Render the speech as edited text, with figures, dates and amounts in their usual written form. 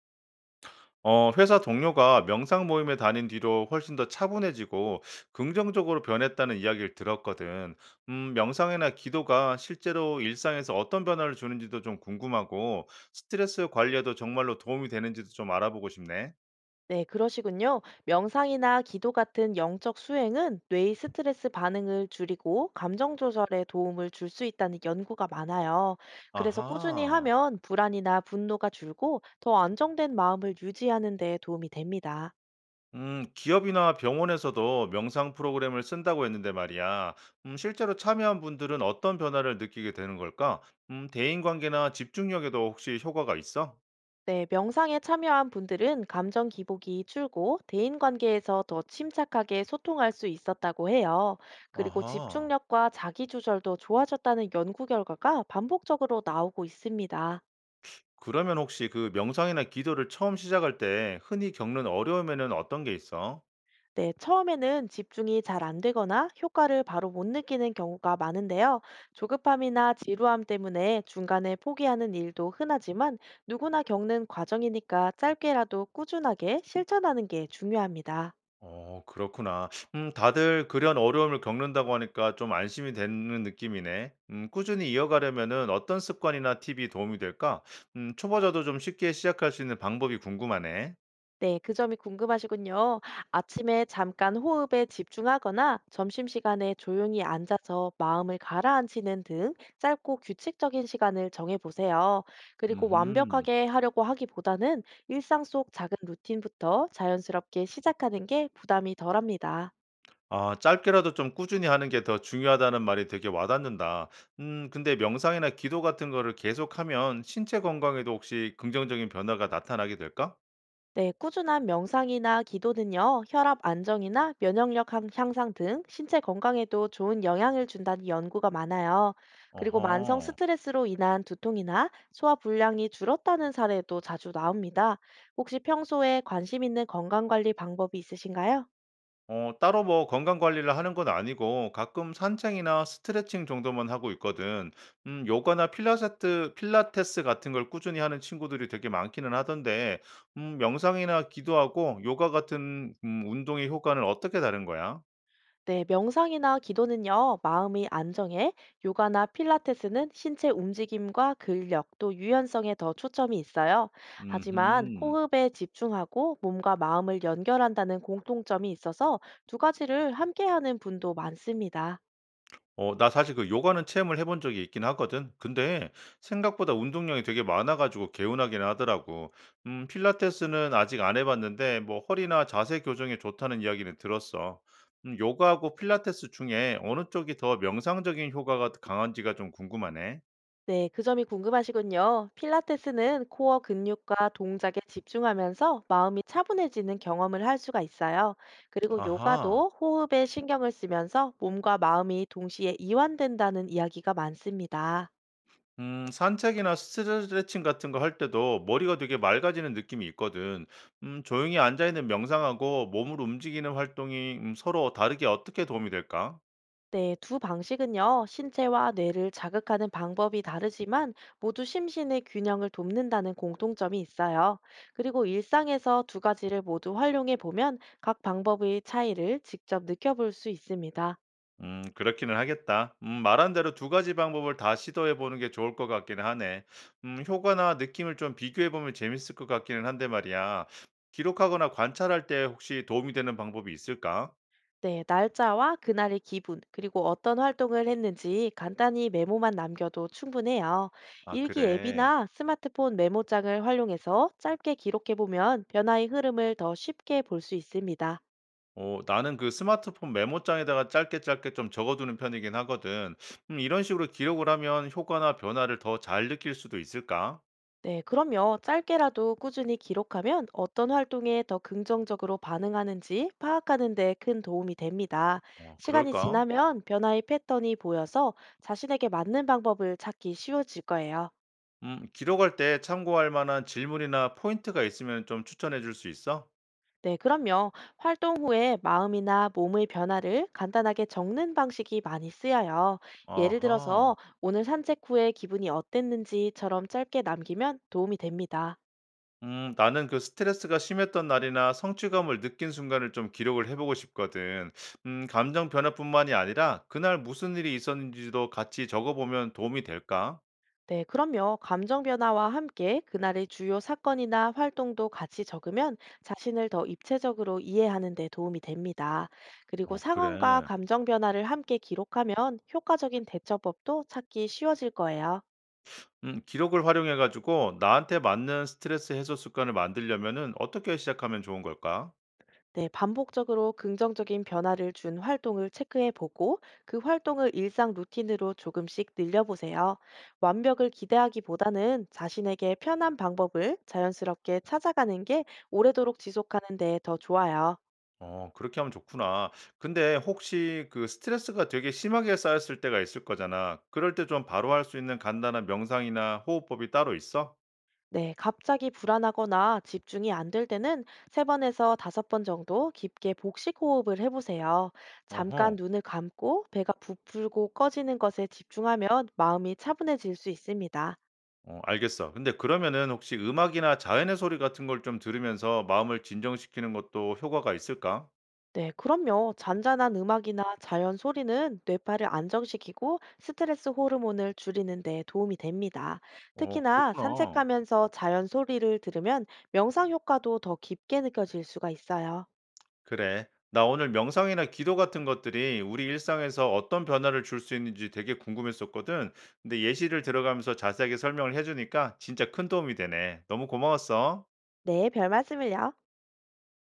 회사 동료가 명상 모임에 다닌 뒤로 훨씬 더 차분해지고 긍정적으로 변했다는 이야기를 들었거든. 명상이나 기도가 실제로 일상에서 어떤 변화를 주는지도 좀 궁금하고 스트레스 관리에도 정말로 도움이 되는지도 좀 알아보고 싶네. 네, 그러시군요. 명상이나 기도 같은 영적 수행은 뇌의 스트레스 반응을 줄이고 감정 조절에 도움을 줄 수 있다는 연구가 많아요. 그래서 꾸준히 아하. 하면 불안이나 분노가 줄고 더 안정된 마음을 유지하는 데 도움이 됩니다. 기업이나 병원에서도 명상 프로그램을 쓴다고 했는데 말이야. 실제로 참여한 분들은 어떤 변화를 느끼게 되는 걸까? 대인관계나 집중력에도 혹시 효과가 있어? 네, 명상에 참여한 분들은 감정 기복이 줄고 대인 관계에서 더 침착하게 소통할 수 있었다고 해요. 그리고 아하. 집중력과 자기 조절도 좋아졌다는 연구 결과가 반복적으로 나오고 있습니다. 그러면 혹시 그 명상이나 기도를 처음 시작할 때 흔히 겪는 어려움에는 어떤 게 있어? 네, 처음에는 집중이 잘 안 되거나 효과를 바로 못 느끼는 경우가 많은데요. 조급함이나 지루함 때문에 중간에 포기하는 일도 흔하지만 누구나 겪는 과정이니까 짧게라도 꾸준하게 실천하는 게 중요합니다. 어, 그렇구나. 다들 그런 어려움을 겪는다고 하니까 좀 안심이 되는 느낌이네. 꾸준히 이어가려면은 어떤 습관이나 팁이 도움이 될까? 초보자도 좀 쉽게 시작할 수 있는 방법이 궁금하네. 네, 그 점이 궁금하시군요. 아침에 잠깐 호흡에 집중하거나 점심시간에 조용히 앉아서 마음을 가라앉히는 등 짧고 규칙적인 시간을 정해보세요. 그리고 음, 완벽하게 하려고 하기보다는 일상 속 작은 루틴부터 자연스럽게 시작하는 게 부담이 덜합니다. 짧게라도 좀 꾸준히 하는 게 더 중요하다는 말이 되게 와닿는다. 근데 명상이나 기도 같은 거를 계속하면 신체 건강에도 혹시 긍정적인 변화가 나타나게 될까? 네, 꾸준한 명상이나 기도는요, 혈압 안정이나 면역력 향상 등 신체 건강에도 좋은 영향을 준다는 연구가 많아요. 그리고 만성 어허. 스트레스로 인한 두통이나 소화 불량이 줄었다는 사례도 자주 나옵니다. 혹시 평소에 관심 있는 건강 관리 방법이 있으신가요? 어, 따로 뭐 건강 관리를 하는 건 아니고 가끔 산책이나 스트레칭 정도만 하고 있거든. 요가나 필라테스 같은 걸 꾸준히 하는 친구들이 되게 많기는 하던데 명상이나 기도하고 요가 같은 운동의 효과는 어떻게 다른 거야? 네, 명상이나 기도는요, 마음의 안정에, 요가나 필라테스는 신체 움직임과 근력 또 유연성에 더 초점이 있어요. 하지만 음 호흡에 집중하고 몸과 마음을 연결한다는 공통점이 있어서 두 가지를 함께하는 분도 많습니다. 나 사실 그 요가는 체험을 해본 적이 있긴 하거든. 근데 생각보다 운동량이 되게 많아 가지고 개운하긴 하더라고. 필라테스는 아직 안 해 봤는데 뭐 허리나 자세 교정에 좋다는 이야기는 들었어. 요가하고 필라테스 중에 어느 쪽이 더 명상적인 효과가 강한지가 좀 궁금하네. 네, 그 점이 궁금하시군요. 필라테스는 코어 근육과 동작에 집중하면서 마음이 차분해지는 경험을 할 수가 있어요. 그리고 아하. 요가도 호흡에 신경을 쓰면서 몸과 마음이 동시에 이완된다는 이야기가 많습니다. 산책이나 스트레칭 같은 거 할 때도 머리가 되게 맑아지는 느낌이 있거든. 조용히 앉아 있는 명상하고 몸을 움직이는 활동이 서로 다르게 어떻게 도움이 될까? 네, 두 방식은요, 신체와 뇌를 자극하는 방법이 다르지만 모두 심신의 균형을 돕는다는 공통점이 있어요. 그리고 일상에서 두 가지를 모두 활용해 보면 각 방법의 차이를 직접 느껴볼 수 있습니다. 그렇기는 하겠다. 말한 대로 두 가지 방법을 다 시도해 보는 게 좋을 것 같기는 하네. 효과나 느낌을 좀 비교해 보면 재밌을 것 같기는 한데 말이야. 기록하거나 관찰할 때 혹시 도움이 되는 방법이 있을까? 네, 날짜와 그날의 기분, 그리고 어떤 활동을 했는지 간단히 메모만 남겨도 충분해요. 아, 일기 그래. 앱이나 스마트폰 메모장을 활용해서 짧게 기록해보면 변화의 흐름을 더 쉽게 볼 수 있습니다. 어, 나는 그 스마트폰 메모장에다가 짧게 짧게 좀 적어두는 편이긴 하거든. 이런 식으로 기록을 하면 효과나 변화를 더 잘 느낄 수도 있을까? 네, 그럼요. 짧게라도 꾸준히 기록하면 어떤 활동에 더 긍정적으로 반응하는지 파악하는 데 큰 도움이 됩니다. 어, 시간이 그럴까? 지나면 변화의 패턴이 보여서 자신에게 맞는 방법을 찾기 쉬워질 거예요. 기록할 때 참고할 만한 질문이나 포인트가 있으면 좀 추천해 줄 수 있어? 네, 그럼요. 활동 후에 마음이나 몸의 변화를 간단하게 적는 방식이 많이 쓰여요. 예를 들어서 아하. 오늘 산책 후에 기분이 어땠는지처럼 짧게 남기면 도움이 됩니다. 나는 그 스트레스가 심했던 날이나 성취감을 느낀 순간을 좀 기록을 해 보고 싶거든. 감정 변화뿐만이 아니라 그날 무슨 일이 있었는지도 같이 적어 보면 도움이 될까? 네, 그럼요. 감정 변화와 함께 그날의 주요 사건이나 활동도 같이 적으면 자신을 더 입체적으로 이해하는 데 도움이 됩니다. 그리고 어, 상황과 그래. 감정 변화를 함께 기록하면 효과적인 대처법도 찾기 쉬워질 거예요. 기록을 활용해 가지고 나한테 맞는 스트레스 해소 습관을 만들려면은 어떻게 시작하면 좋은 걸까? 네, 반복적으로 긍정적인 변화를 준 활동을 체크해 보고 그 활동을 일상 루틴으로 조금씩 늘려보세요. 완벽을 기대하기보다는 자신에게 편한 방법을 자연스럽게 찾아가는 게 오래도록 지속하는 데 더 좋아요. 어, 그렇게 하면 좋구나. 근데 혹시 그 스트레스가 되게 심하게 쌓였을 때가 있을 거잖아. 그럴 때 좀 바로 할 수 있는 간단한 명상이나 호흡법이 따로 있어? 네, 갑자기 불안하거나 집중이 안 될 때는 세번에서 5번 정도 깊게 복식 호흡을 해보세요. 잠깐 어허. 눈을 감고 배가 부풀고 꺼지는 것에 집중하면 마음이 차분해질 수 있습니다. 어, 알겠어. 근데 그러면은 혹시 음악이나 자연의 소리 같은 걸 좀 들으면서 마음을 진정시키는 것도 효과가 있을까? 네, 그럼요. 잔잔한 음악이나 자연 소리는 뇌파를 안정시키고 스트레스 호르몬을 줄이는 데 도움이 됩니다. 어, 특히나 그렇구나. 산책하면서 자연 소리를 들으면 명상 효과도 더 깊게 느껴질 수가 있어요. 그래. 나 오늘 명상이나 기도 같은 것들이 우리 일상에서 어떤 변화를 줄 수 있는지 되게 궁금했었거든. 근데 예시를 들어가면서 자세하게 설명을 해주니까 진짜 큰 도움이 되네. 너무 고마웠어. 네, 별 말씀을요.